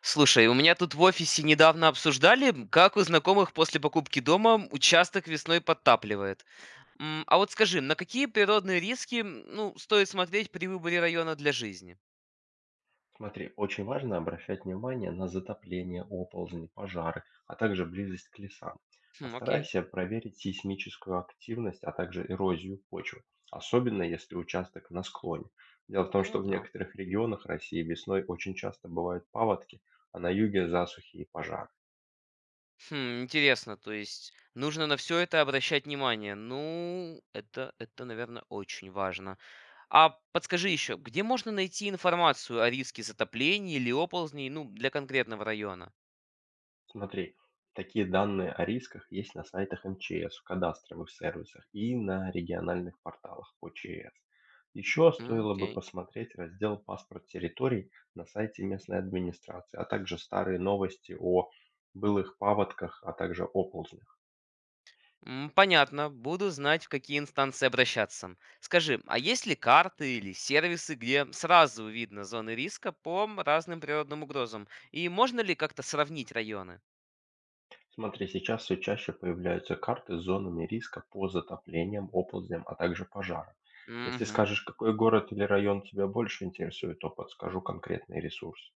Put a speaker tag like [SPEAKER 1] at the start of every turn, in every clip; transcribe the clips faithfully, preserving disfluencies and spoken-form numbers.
[SPEAKER 1] Слушай, у меня тут в офисе недавно обсуждали, как у знакомых после покупки дома участок весной подтапливает. М, А вот скажи, на какие природные риски м, ну, стоит смотреть при выборе района для жизни?
[SPEAKER 2] Смотри, очень важно обращать внимание на затопление, оползни, пожары, а также близость к лесам.
[SPEAKER 1] Хм, окей.
[SPEAKER 2] Постарайся проверить сейсмическую активность, а также эрозию почвы, особенно если участок на склоне. Дело в том,
[SPEAKER 1] Ну
[SPEAKER 2] что в
[SPEAKER 1] да.
[SPEAKER 2] некоторых регионах России весной очень часто бывают паводки, а на юге засухи и пожары.
[SPEAKER 1] Хм, интересно, то есть нужно на все это обращать внимание. Ну, это, это, наверное, очень важно. А подскажи еще, где можно найти информацию о риске затоплений или оползней, ну, для конкретного района?
[SPEAKER 2] Смотри, такие данные о рисках есть на сайтах МЧС, в кадастровых сервисах и на региональных порталах ОЧС. Еще
[SPEAKER 1] М,
[SPEAKER 2] стоило бы
[SPEAKER 1] Окей.
[SPEAKER 2] посмотреть раздел «Паспорт территорий» на сайте местной администрации, а также старые новости о былых паводках, а также оползнях.
[SPEAKER 1] М, Понятно, буду знать, в какие инстанции обращаться. Скажи, а есть ли карты или сервисы, где сразу видно зоны риска по м, разным природным угрозам? И можно ли как-то сравнить районы?
[SPEAKER 2] Смотри, сейчас все чаще появляются карты с зонами риска по затоплениям, оползням, а также пожарам. Если
[SPEAKER 1] Мгм.
[SPEAKER 2] скажешь, какой город или район тебя больше интересует, то подскажу конкретный ресурс.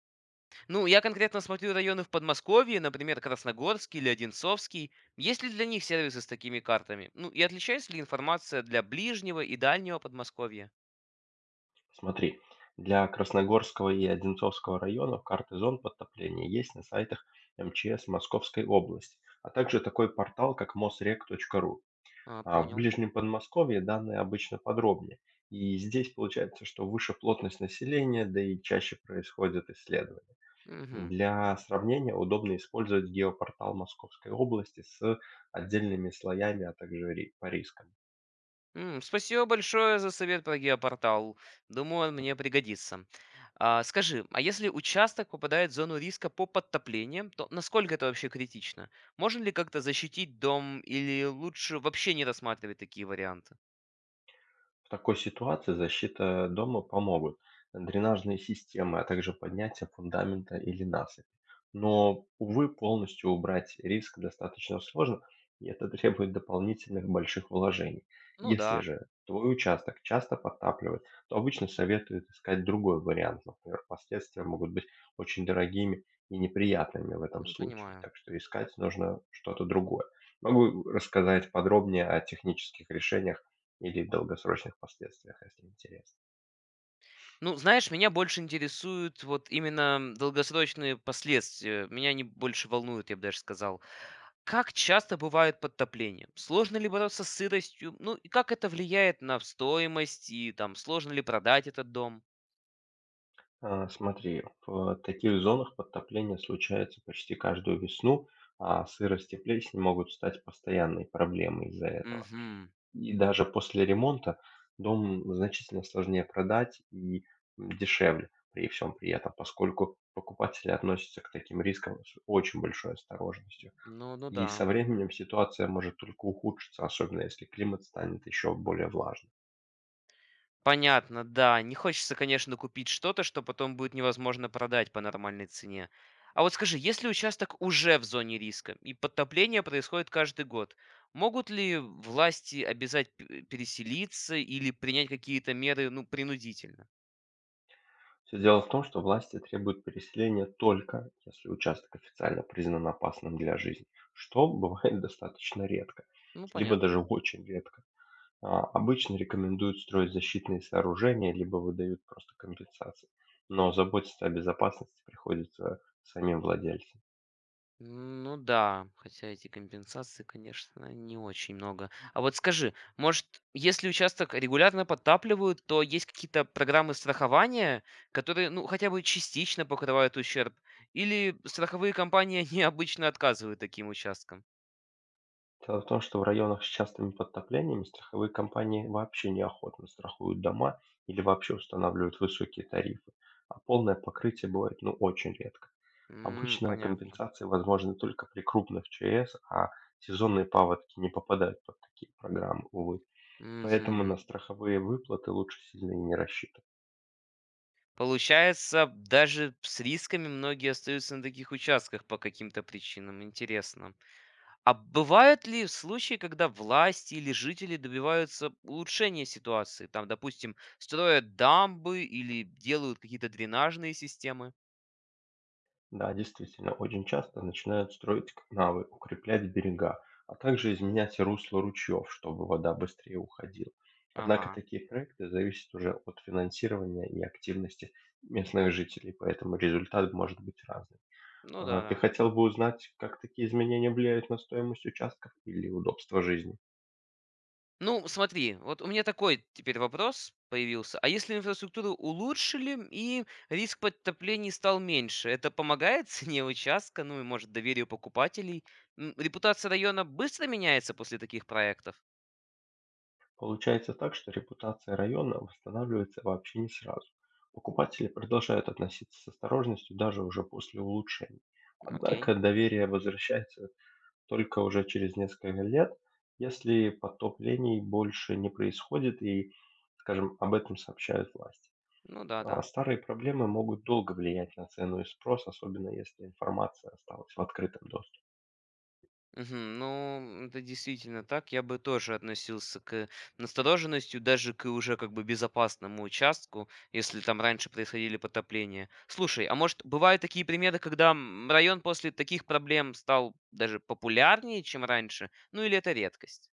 [SPEAKER 1] Ну, я конкретно смотрю районы в Подмосковье, например, Красногорский или Одинцовский. Есть ли для них сервисы с такими картами? Ну, и отличается ли информация для ближнего и дальнего Подмосковья?
[SPEAKER 2] Смотри, для Красногорского и Одинцовского районов карты зон подтопления есть на сайтах МЧС Московской области, а также такой портал, как Мосрек.ру.
[SPEAKER 1] А,
[SPEAKER 2] А в
[SPEAKER 1] понял.
[SPEAKER 2] Ближнем Подмосковье данные обычно подробнее. И здесь получается, что выше плотность населения, да и чаще происходят исследования.
[SPEAKER 1] Мгм.
[SPEAKER 2] Для сравнения удобно использовать геопортал Московской области с отдельными слоями, а также ри- по рискам.
[SPEAKER 1] М, Спасибо большое за совет про геопортал. Думаю, он мне пригодится. А, скажи, а если участок попадает в зону риска по подтоплениям, то насколько это вообще критично? Можно ли как-то защитить дом или лучше вообще не рассматривать такие варианты?
[SPEAKER 2] В такой ситуации защита дома помогут дренажные системы, а также поднятие фундамента или насыпи. Но, увы, полностью убрать риск достаточно сложно, и это требует дополнительных больших вложений.
[SPEAKER 1] Ну
[SPEAKER 2] Если
[SPEAKER 1] да,
[SPEAKER 2] же твой участок часто подтапливает, то обычно советуют искать другой вариант. Например, последствия могут быть очень дорогими и неприятными в этом
[SPEAKER 1] ну,
[SPEAKER 2] случае,
[SPEAKER 1] понимаю.
[SPEAKER 2] так что искать нужно что-то другое. Могу рассказать подробнее о технических решениях, или в долгосрочных последствиях, если интересно.
[SPEAKER 1] Ну, знаешь, меня больше интересуют вот именно долгосрочные последствия. Меня они больше волнуют, я бы даже сказал. Как часто бывают подтопления? Сложно ли бороться с сыростью? Ну и как это влияет на стоимость и там сложно ли продать этот дом?
[SPEAKER 2] А, Смотри, в таких зонах подтопление случается почти каждую весну, а сырость и плесень могут стать постоянной проблемой из-за этого.
[SPEAKER 1] Угу.
[SPEAKER 2] И даже после ремонта дом значительно сложнее продать и дешевле при всем при этом, поскольку покупатели относятся к таким рискам с очень большой осторожностью.
[SPEAKER 1] Ну, ну
[SPEAKER 2] И
[SPEAKER 1] да.
[SPEAKER 2] со временем ситуация может только ухудшиться, особенно если климат станет еще более влажным.
[SPEAKER 1] Понятно, да. Не хочется, конечно, купить что-то, что потом будет невозможно продать по нормальной цене. А вот скажи, если участок уже в зоне риска и подтопление происходит каждый год, могут ли власти обязать п- переселиться или принять какие-то меры, ну, принудительно?
[SPEAKER 2] Все дело в том, что власти требуют переселения только если участок официально признан опасным для жизни, что бывает достаточно редко,
[SPEAKER 1] Ну,
[SPEAKER 2] либо
[SPEAKER 1] понятно.
[SPEAKER 2] даже очень редко. А, обычно рекомендуют строить защитные сооружения, либо выдают просто компенсации, но заботиться о безопасности приходится самим владельцам.
[SPEAKER 1] Ну да, хотя эти компенсации, конечно, не очень много. А вот скажи, может, если участок регулярно подтапливают, то есть какие-то программы страхования, которые, ну, хотя бы частично покрывают ущерб? Или страховые компании необычно отказывают таким участкам?
[SPEAKER 2] Дело в том, что в районах с частыми подтоплениями страховые компании вообще неохотно страхуют дома или вообще устанавливают высокие тарифы, а полное покрытие бывает ну очень редко.
[SPEAKER 1] М,
[SPEAKER 2] Обычно
[SPEAKER 1] понятно.
[SPEAKER 2] компенсации возможны только при крупных ЧС, а сезонные паводки не попадают под такие программы, увы. Поэтому
[SPEAKER 1] Мгм.
[SPEAKER 2] на страховые выплаты лучше сильно и не рассчитывать.
[SPEAKER 1] Получается, даже с рисками многие остаются на таких участках по каким-то причинам. Интересно. А бывают ли случаи, когда власти или жители добиваются улучшения ситуации? Там, допустим, строят дамбы или делают какие-то дренажные системы?
[SPEAKER 2] Да, действительно, очень часто начинают строить канавы, укреплять берега, а также изменять русло ручьев, чтобы вода быстрее уходила. Однако
[SPEAKER 1] Ага,
[SPEAKER 2] такие проекты зависят уже от финансирования и активности местных жителей, поэтому результат может быть разным.
[SPEAKER 1] ну
[SPEAKER 2] А, Ты
[SPEAKER 1] да-да.
[SPEAKER 2] хотел бы узнать, как такие изменения влияют на стоимость участков или удобство жизни?
[SPEAKER 1] Ну, смотри, вот у меня такой теперь вопрос появился. А если инфраструктуру улучшили и риск подтоплений стал меньше, это помогает цене участка, ну и, может, доверию покупателей? М, Репутация района быстро меняется после таких проектов?
[SPEAKER 2] Получается так, что репутация района восстанавливается вообще не сразу. Покупатели продолжают относиться с осторожностью даже уже после улучшений.
[SPEAKER 1] Окей,
[SPEAKER 2] Однако доверие возвращается только уже через несколько лет, если потоплений больше не происходит и, скажем, об этом сообщают власти.
[SPEAKER 1] ну
[SPEAKER 2] А
[SPEAKER 1] да-да.
[SPEAKER 2] старые проблемы могут долго влиять на цену и спрос, особенно если информация осталась в открытом доступе.
[SPEAKER 1] Мгм. Ну, это действительно так. Я бы тоже относился к настороженностью, даже к уже как бы безопасному участку, если там раньше происходили потопления. Слушай, а может, бывают такие примеры, когда м, район после таких проблем стал даже популярнее, чем раньше? Ну или это редкость?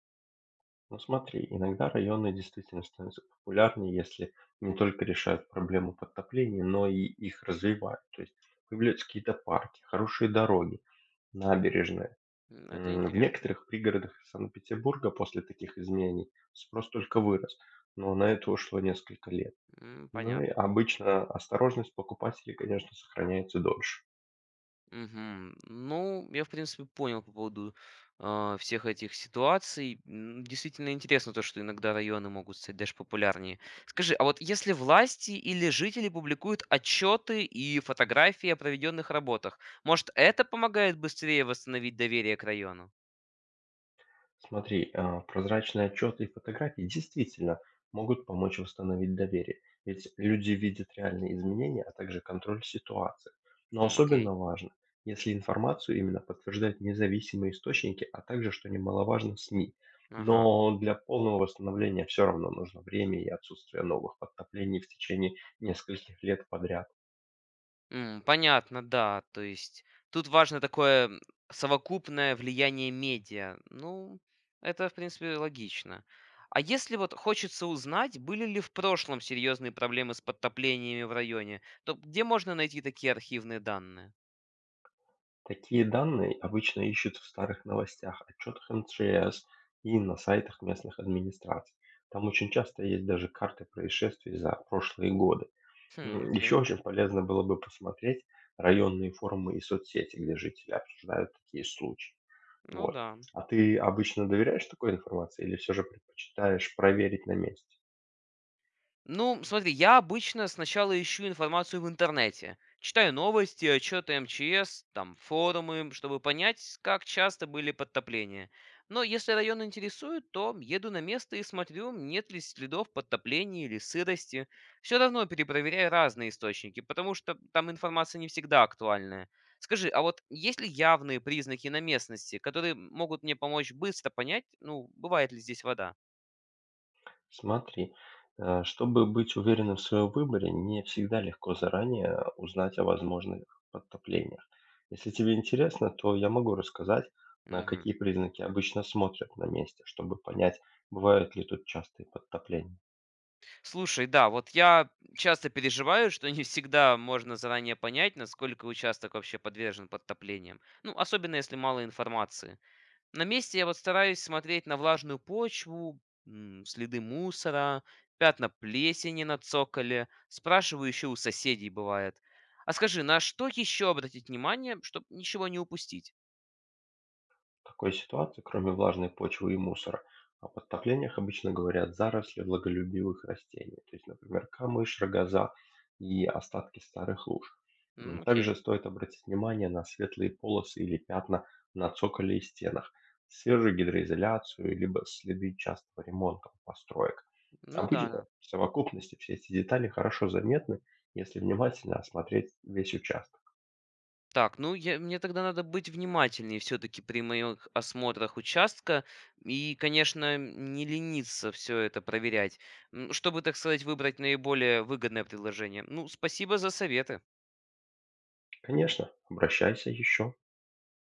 [SPEAKER 2] Ну смотри, иногда районы действительно становятся популярнее, если не только решают проблему подтопления, но и их развивают. То есть появляются какие-то парки, хорошие дороги, набережные.
[SPEAKER 1] М, Это
[SPEAKER 2] М, В
[SPEAKER 1] интересно.
[SPEAKER 2] некоторых пригородах Санкт-Петербурга после таких изменений спрос только вырос, но на это ушло несколько лет.
[SPEAKER 1] М,
[SPEAKER 2] Ну и
[SPEAKER 1] Понятно.
[SPEAKER 2] обычно осторожность покупателей, конечно, сохраняется дольше.
[SPEAKER 1] Мгм. Ну, я, в принципе, понял по поводу а, всех этих ситуаций. М, Действительно интересно то, что иногда районы могут стать даже популярнее. Скажи, а вот если власти или жители публикуют отчеты и фотографии о проведенных работах, может, это помогает быстрее восстановить доверие к району?
[SPEAKER 2] Смотри, а, прозрачные отчеты и фотографии действительно могут помочь восстановить доверие, ведь люди видят реальные изменения, а также контроль ситуации. Но
[SPEAKER 1] Хм, окей.
[SPEAKER 2] особенно важно, если информацию именно подтверждают независимые источники, а также, что немаловажно, СМИ.
[SPEAKER 1] Ага.
[SPEAKER 2] Но для полного восстановления все равно нужно время и отсутствие новых подтоплений в течение нескольких лет подряд.
[SPEAKER 1] М, понятно, да. То есть тут важно такое м, совокупное влияние медиа. Ну, это, в принципе, логично. А если вот хочется узнать, были ли в прошлом серьезные проблемы с подтоплениями в районе, то где можно найти такие архивные данные?
[SPEAKER 2] Такие данные обычно ищут в старых новостях, отчетах МЧС и на сайтах местных администраций. Там очень часто есть даже карты происшествий за прошлые годы.
[SPEAKER 1] Хм, окей.
[SPEAKER 2] Еще очень полезно было бы посмотреть районные форумы и соцсети, где жители обсуждают такие случаи.
[SPEAKER 1] Ну
[SPEAKER 2] Вот.
[SPEAKER 1] да.
[SPEAKER 2] А ты обычно доверяешь такой информации или все же предпочитаешь проверить на месте?
[SPEAKER 1] Ну, смотри, я обычно сначала ищу информацию в интернете. Читаю новости, отчеты эм че эс, там, форумы, чтобы понять, как часто были подтопления. Но если район интересует, то еду на место и смотрю, нет ли следов подтопления или сырости. Все равно перепроверяю разные источники, потому что там информация не всегда актуальная. Скажи, а вот есть ли явные признаки на местности, которые могут мне помочь быстро понять, ну, бывает ли здесь вода?
[SPEAKER 2] Смотри, э, чтобы быть уверенным в своем выборе, не всегда легко заранее узнать о возможных подтоплениях. Если тебе интересно, то я могу рассказать, на
[SPEAKER 1] Мгм.
[SPEAKER 2] какие признаки обычно смотрят на месте, чтобы понять, бывают ли тут частые подтопления.
[SPEAKER 1] Слушай, да, вот я часто переживаю, что не всегда можно заранее понять, насколько участок вообще подвержен подтоплениям. Ну, особенно если мало информации. На месте я вот стараюсь смотреть на влажную почву, м, следы мусора, пятна плесени на цоколе. Спрашиваю еще у соседей бывает. А скажи, на что еще обратить внимание, чтобы ничего не упустить?
[SPEAKER 2] В такой ситуации, кроме влажной почвы и мусора, о подтоплениях обычно говорят заросли влаголюбивых растений, то есть, например, камыш, рогоза и остатки старых луж.
[SPEAKER 1] М,
[SPEAKER 2] М,
[SPEAKER 1] окей.
[SPEAKER 2] Также стоит обратить внимание на светлые полосы или пятна на цоколе и стенах, свежую гидроизоляцию, либо следы частого ремонта у построек.
[SPEAKER 1] Ну да,
[SPEAKER 2] Обычно
[SPEAKER 1] да.
[SPEAKER 2] в совокупности все эти детали хорошо заметны, если внимательно осмотреть весь участок.
[SPEAKER 1] Так, ну я, мне тогда надо быть внимательнее все-таки при моих осмотрах участка и, конечно, не лениться все это проверять, м, чтобы, так сказать, выбрать наиболее выгодное предложение. Ну, спасибо за советы.
[SPEAKER 2] Конечно, обращайся еще.